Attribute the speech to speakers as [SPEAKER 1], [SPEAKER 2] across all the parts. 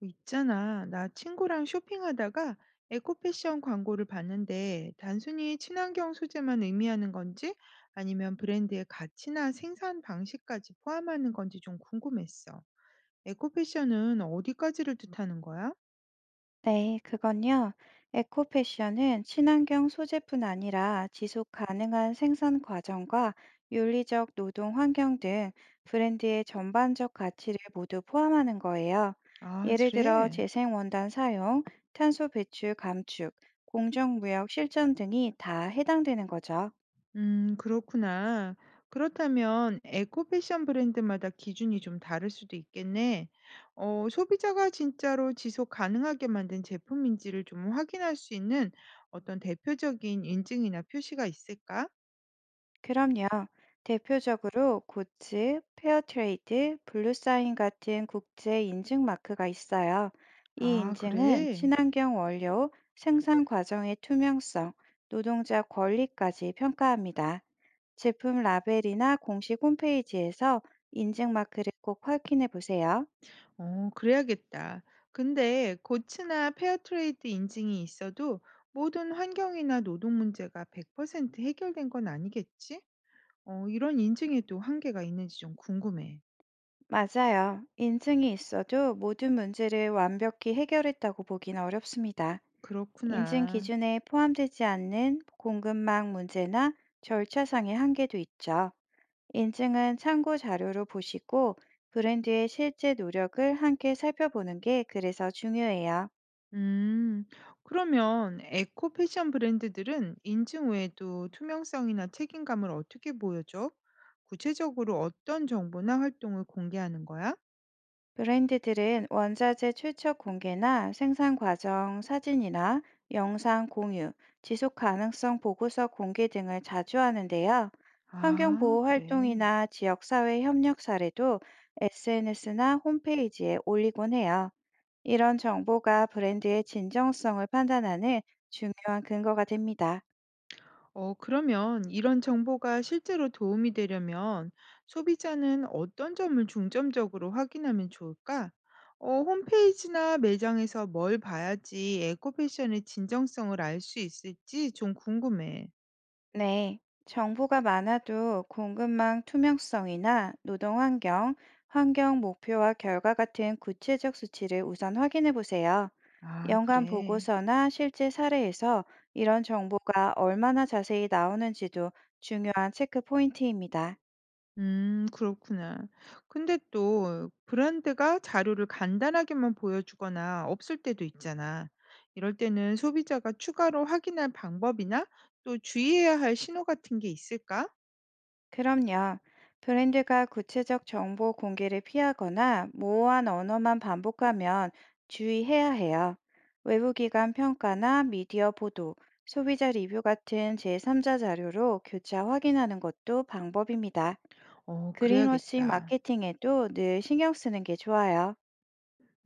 [SPEAKER 1] 있잖아. 나 친구랑 쇼핑하다가 에코패션 광고를 봤는데 단순히 친환경 소재만 의미하는 건지 아니면 브랜드의 가치나 생산 방식까지 포함하는 건지 좀 궁금했어. 에코패션은 어디까지를 뜻하는 거야?
[SPEAKER 2] 네, 그건요. 에코 패션은 친환경 소재뿐 아니라 지속 가능한 생산 과정과 윤리적 노동 환경 등 브랜드의 전반적 가치를 모두 포함하는 거예요.
[SPEAKER 1] 아,
[SPEAKER 2] 예를 들어
[SPEAKER 1] 그래.
[SPEAKER 2] 재생원단 사용, 탄소 배출 감축, 공정무역 실천 등이 다 해당되는 거죠.
[SPEAKER 1] 그렇구나. 그렇다면 에코 패션 브랜드마다 기준이 좀 다를 수도 있겠네. 어, 소비자가 진짜로 지속 가능하게 만든 제품인지를 좀 확인할 수 있는 어떤 대표적인 인증이나 표시가 있을까?
[SPEAKER 2] 그럼요. 대표적으로 고츠, 페어트레이드, 블루사인 같은 국제 인증 마크가 있어요. 이
[SPEAKER 1] 아,
[SPEAKER 2] 인증은
[SPEAKER 1] 그래?
[SPEAKER 2] 친환경 원료, 생산 과정의 투명성, 노동자 권리까지 평가합니다. 제품 라벨이나 공식 홈페이지에서 인증 마크를 꼭 확인해 보세요.
[SPEAKER 1] 어, 그래야겠다. 근데 고츠나 페어트레이드 인증이 있어도 모든 환경이나 노동 문제가 100% 해결된 건 아니겠지? 어, 이런 인증에도 한계가 있는지 좀 궁금해.
[SPEAKER 2] 맞아요. 인증이 있어도 모든 문제를 완벽히 해결했다고 보긴 어렵습니다. 인증
[SPEAKER 1] 그렇구나.
[SPEAKER 2] 기준에 포함되지 않는 공급망 문제나 절차상의 한계도 있죠. 인증은 참고 자료로 보시고 브랜드의 실제 노력을 함께 살펴보는 게 그래서 중요해요.
[SPEAKER 1] 음, 그러면 에코 패션 브랜드들은 인증 외에도 투명성이나 책임감을 어떻게 보여줘? 구체적으로 어떤 정보나 활동을 공개하는 거야?
[SPEAKER 2] 브랜드들은 원자재 출처 공개나 생산 과정 사진이나 영상 공유, 지속 가능성 보고서 공개 등을 자주 하는데요.
[SPEAKER 1] 아,
[SPEAKER 2] 환경보호
[SPEAKER 1] 그래.
[SPEAKER 2] 활동이나 지역사회 협력 사례도 SNS나 홈페이지에 올리곤 해요. 이런 정보가 브랜드의 진정성을 판단하는 중요한 근거가 됩니다.
[SPEAKER 1] 어, 그러면 이런 정보가 실제로 도움이 되려면 소비자는 어떤 점을 중점적으로 확인하면 좋을까? 어, 홈페이지나 매장에서 뭘 봐야지 에코 패션의 진정성을 알 수 있을지 좀 궁금해.
[SPEAKER 2] 네, 정보가 많아도 공급망 투명성이나 노동 환경, 환경 목표와 결과 같은 구체적 수치를 우선 확인해 보세요.
[SPEAKER 1] 아
[SPEAKER 2] 연간
[SPEAKER 1] 그래.
[SPEAKER 2] 보고서나 실제 사례에서 이런 정보가 얼마나 자세히 나오는지도 중요한 체크 포인트입니다.
[SPEAKER 1] 그렇구나. 근데 또 브랜드가 자료를 간단하게만 보여주거나 없을 때도 있잖아. 이럴 때는 소비자가 추가로 확인할 방법이나 또 주의해야 할 신호 같은 게 있을까?
[SPEAKER 2] 그럼요. 브랜드가 구체적 정보 공개를 피하거나 모호한 언어만 반복하면 주의해야 해요. 외부기관 평가나 미디어 보도, 소비자 리뷰 같은 제3자 자료로 교차 확인하는 것도 방법입니다.
[SPEAKER 1] 어
[SPEAKER 2] 그린워싱
[SPEAKER 1] 그래야겠다.
[SPEAKER 2] 마케팅에도 늘 신경 쓰는 게 좋아요.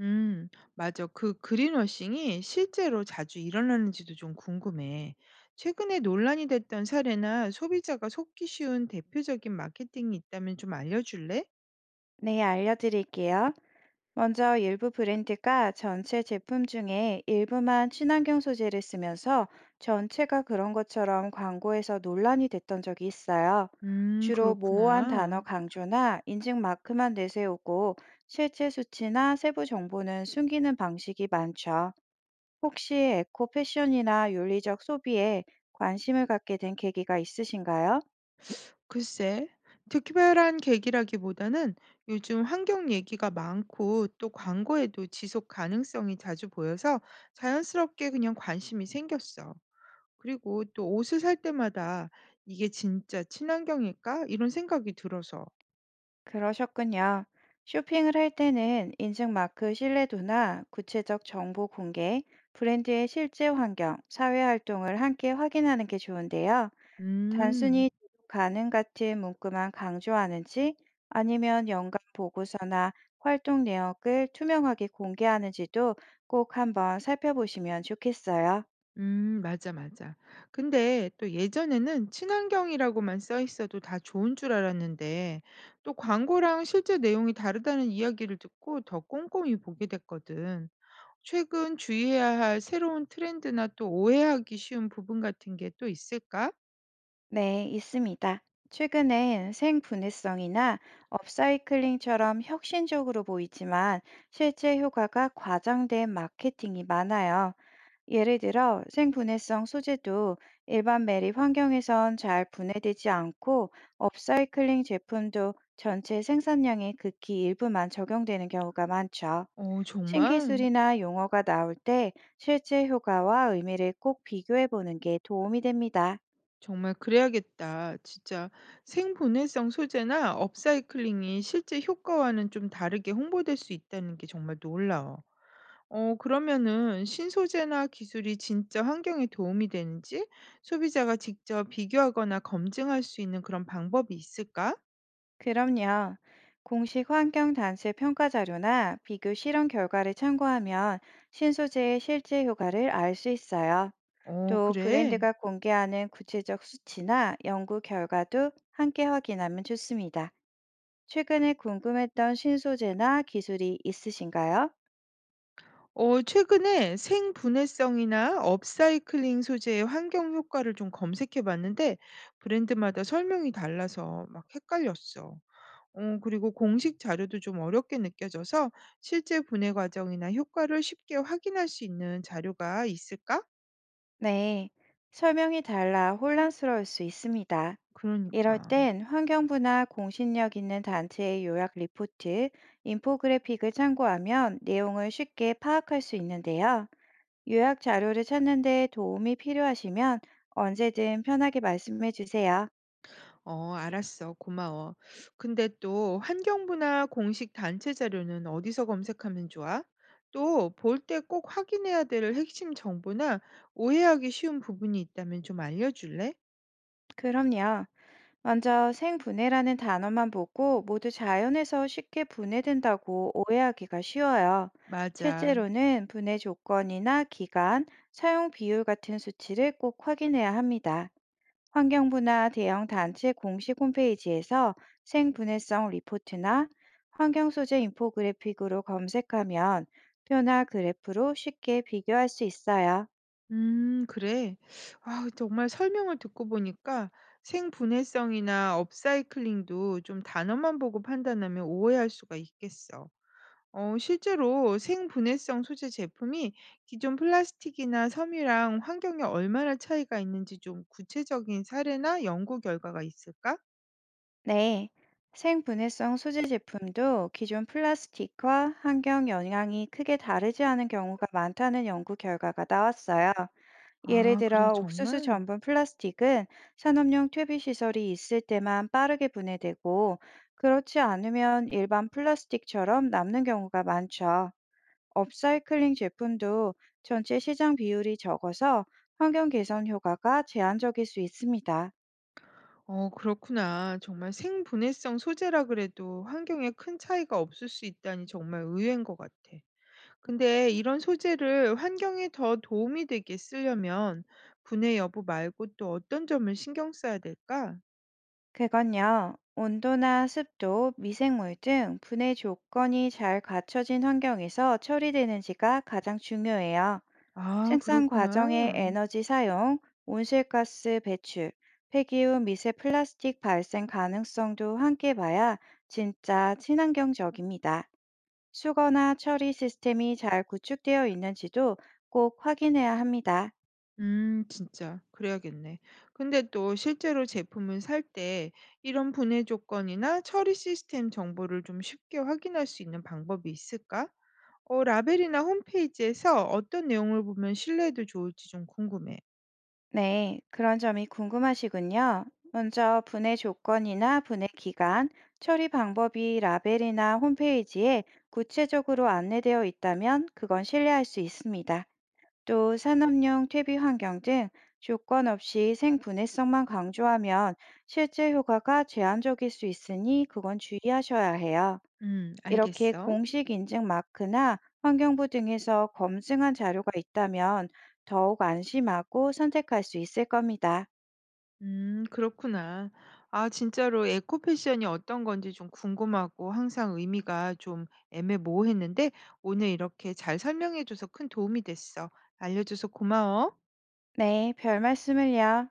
[SPEAKER 1] 음 맞아. 그린워싱이 실제로 자주 일어나는지도 좀 궁금해. 최근에 논란이 됐던 사례나 소비자가 속기 쉬운 대표적인 마케팅이 있다면 좀 알려줄래?
[SPEAKER 2] 네, 알려드릴게요. 먼저 일부 브랜드가 전체 제품 중에 일부만 친환경 소재를 쓰면서 전체가 그런 것처럼 광고에서 논란이 됐던 적이 있어요. 주로 모호한 단어
[SPEAKER 1] 그렇구나.
[SPEAKER 2] 강조나 인증 마크만 내세우고 실제 수치나 세부 정보는 숨기는 방식이 많죠. 혹시 에코 패션이나 윤리적 소비에 관심을 갖게 된 계기가 있으신가요?
[SPEAKER 1] 글쎄, 특별한 계기라기보다는 요즘 환경 얘기가 많고 또 광고에도 지속 가능성이 자주 보여서 자연스럽게 그냥 관심이 생겼어. 그리고 또 옷을 살 때마다 이게 진짜 친환경일까? 이런 생각이 들어서.
[SPEAKER 2] 그러셨군요. 쇼핑을 할 때는 인증마크 신뢰도나 구체적 정보 공개, 브랜드의 실제 환경, 사회 활동을 함께 확인하는 게 좋은데요.
[SPEAKER 1] 음,
[SPEAKER 2] 단순히 지속 가능 같은 문구만 강조하는지 아니면 연간 보고서나 활동 내역을 투명하게 공개하는지도 꼭 한번 살펴보시면 좋겠어요.
[SPEAKER 1] 맞아, 맞아. 근데 또 예전에는 친환경이라고만 써 있어도 다 좋은 줄 알았는데 또 광고랑 실제 내용이 다르다는 이야기를 듣고 더 꼼꼼히 보게 됐거든. 최근 주의해야 할 새로운 트렌드나 또 오해하기 쉬운 부분 같은 게 또 있을까?
[SPEAKER 2] 네, 있습니다. 최근엔 생분해성이나 업사이클링처럼 혁신적으로 보이지만 실제 효과가 과장된 마케팅이 많아요. 예를 들어 생분해성 소재도 일반 매립 환경에선 잘 분해되지 않고 업사이클링 제품도 전체 생산량의 극히 일부만 적용되는 경우가 많죠.
[SPEAKER 1] 어, 정말?
[SPEAKER 2] 신기술이나 용어가 나올 때 실제 효과와 의미를 꼭 비교해 보는 게 도움이 됩니다.
[SPEAKER 1] 정말 그래야겠다. 진짜 생분해성 소재나 업사이클링이 실제 효과와는 좀 다르게 홍보될 수 있다는 게 정말 놀라워. 어, 그러면은 신소재나 기술이 진짜 환경에 도움이 되는지 소비자가 직접 비교하거나 검증할 수 있는 그런 방법이 있을까?
[SPEAKER 2] 그럼요. 공식 환경단체 평가 자료나 비교 실험 결과를 참고하면 신소재의 실제 효과를 알 수 있어요.
[SPEAKER 1] 어,
[SPEAKER 2] 또
[SPEAKER 1] 그래.
[SPEAKER 2] 브랜드가 공개하는 구체적 수치나 연구 결과도 함께 확인하면 좋습니다. 최근에 궁금했던 신소재나 기술이 있으신가요?
[SPEAKER 1] 어, 최근에 생분해성이나 업사이클링 소재의 환경 효과를 좀 검색해 봤는데 브랜드마다 설명이 달라서 막 헷갈렸어. 어, 그리고 공식 자료도 좀 어렵게 느껴져서 실제 분해 과정이나 효과를 쉽게 확인할 수 있는 자료가 있을까?
[SPEAKER 2] 네. 설명이 달라 혼란스러울 수 있습니다. 이럴
[SPEAKER 1] 그러니까.
[SPEAKER 2] 땐 환경부나 공신력 있는 단체의 요약 리포트, 인포그래픽을 참고하면 내용을 쉽게 파악할 수 있는데요. 요약 자료를 찾는 데 도움이 필요하시면 언제든 편하게 말씀해 주세요.
[SPEAKER 1] 어, 알았어. 고마워. 근데 또 환경부나 공식 단체 자료는 어디서 검색하면 좋아? 또 볼 때 꼭 확인해야 될 핵심 정보나 오해하기 쉬운 부분이 있다면 좀 알려줄래?
[SPEAKER 2] 그럼요. 먼저 생분해라는 단어만 보고 모두 자연에서 쉽게 분해된다고 오해하기가 쉬워요.
[SPEAKER 1] 맞아.
[SPEAKER 2] 실제로는 분해 조건이나 기간, 사용 비율 같은 수치를 꼭 확인해야 합니다. 환경부나 대형 단체 공식 홈페이지에서 생분해성 리포트나 환경 소재 인포그래픽으로 검색하면 표나 그래프로 쉽게 비교할 수 있어요.
[SPEAKER 1] 그래. 아, 정말 설명을 듣고 보니까 생분해성이나 업사이클링도 좀 단어만 보고 판단하면 오해할 수가 있겠어. 어, 실제로 생분해성 소재 제품이 기존 플라스틱이나 섬유랑 환경에 얼마나 차이가 있는지 좀 구체적인 사례나 연구 결과가 있을까?
[SPEAKER 2] 네. 생분해성 소재 제품도 기존 플라스틱과 환경 영향이 크게 다르지 않은 경우가 많다는 연구 결과가 나왔어요. 예를
[SPEAKER 1] 아, 그래요,
[SPEAKER 2] 들어 옥수수
[SPEAKER 1] 정말?
[SPEAKER 2] 전분 플라스틱은 산업용 퇴비 시설이 있을 때만 빠르게 분해되고 그렇지 않으면 일반 플라스틱처럼 남는 경우가 많죠. 업사이클링 제품도 전체 시장 비율이 적어서 환경 개선 효과가 제한적일 수 있습니다.
[SPEAKER 1] 어, 그렇구나. 정말 생분해성 소재라 그래도 환경에 큰 차이가 없을 수 있다니 정말 의외인 것 같아. 근데 이런 소재를 환경에 더 도움이 되게 쓰려면 분해 여부 말고 또 어떤 점을 신경 써야 될까?
[SPEAKER 2] 그건요. 온도나 습도, 미생물 등 분해 조건이 잘 갖춰진 환경에서 처리되는지가 가장 중요해요.
[SPEAKER 1] 아,
[SPEAKER 2] 생산 과정의
[SPEAKER 1] 그렇구나.
[SPEAKER 2] 에너지 사용, 온실가스 배출, 폐기후 미세 플라스틱 발생 가능성도 함께 봐야 진짜 친환경적입니다. 수거나 처리 시스템이 잘 구축되어 있는지도 꼭 확인해야 합니다.
[SPEAKER 1] 진짜 그래야겠네. 근데 또 실제로 제품을 살 때 이런 분해 조건이나 처리 시스템 정보를 좀 쉽게 확인할 수 있는 방법이 있을까? 어 라벨이나 홈페이지에서 어떤 내용을 보면 신뢰도 좋을지 좀 궁금해.
[SPEAKER 2] 네, 그런 점이 궁금하시군요. 먼저 분해 조건이나 분해 기간, 처리 방법이 라벨이나 홈페이지에 구체적으로 안내되어 있다면 그건 신뢰할 수 있습니다. 또 산업용 퇴비 환경 등 조건 없이 생분해성만 강조하면 실제 효과가 제한적일 수 있으니 그건 주의하셔야 해요. 이렇게
[SPEAKER 1] 알겠어.
[SPEAKER 2] 공식 인증 마크나 환경부 등에서 검증한 자료가 있다면 더욱 안심하고 선택할 수 있을 겁니다.
[SPEAKER 1] 그렇구나. 아 진짜로 에코 패션이 어떤 건지 좀 궁금하고 항상 의미가 좀 애매모호했는데 오늘 이렇게 잘 설명해줘서 큰 도움이 됐어. 알려줘서 고마워.
[SPEAKER 2] 네, 별 말씀을요.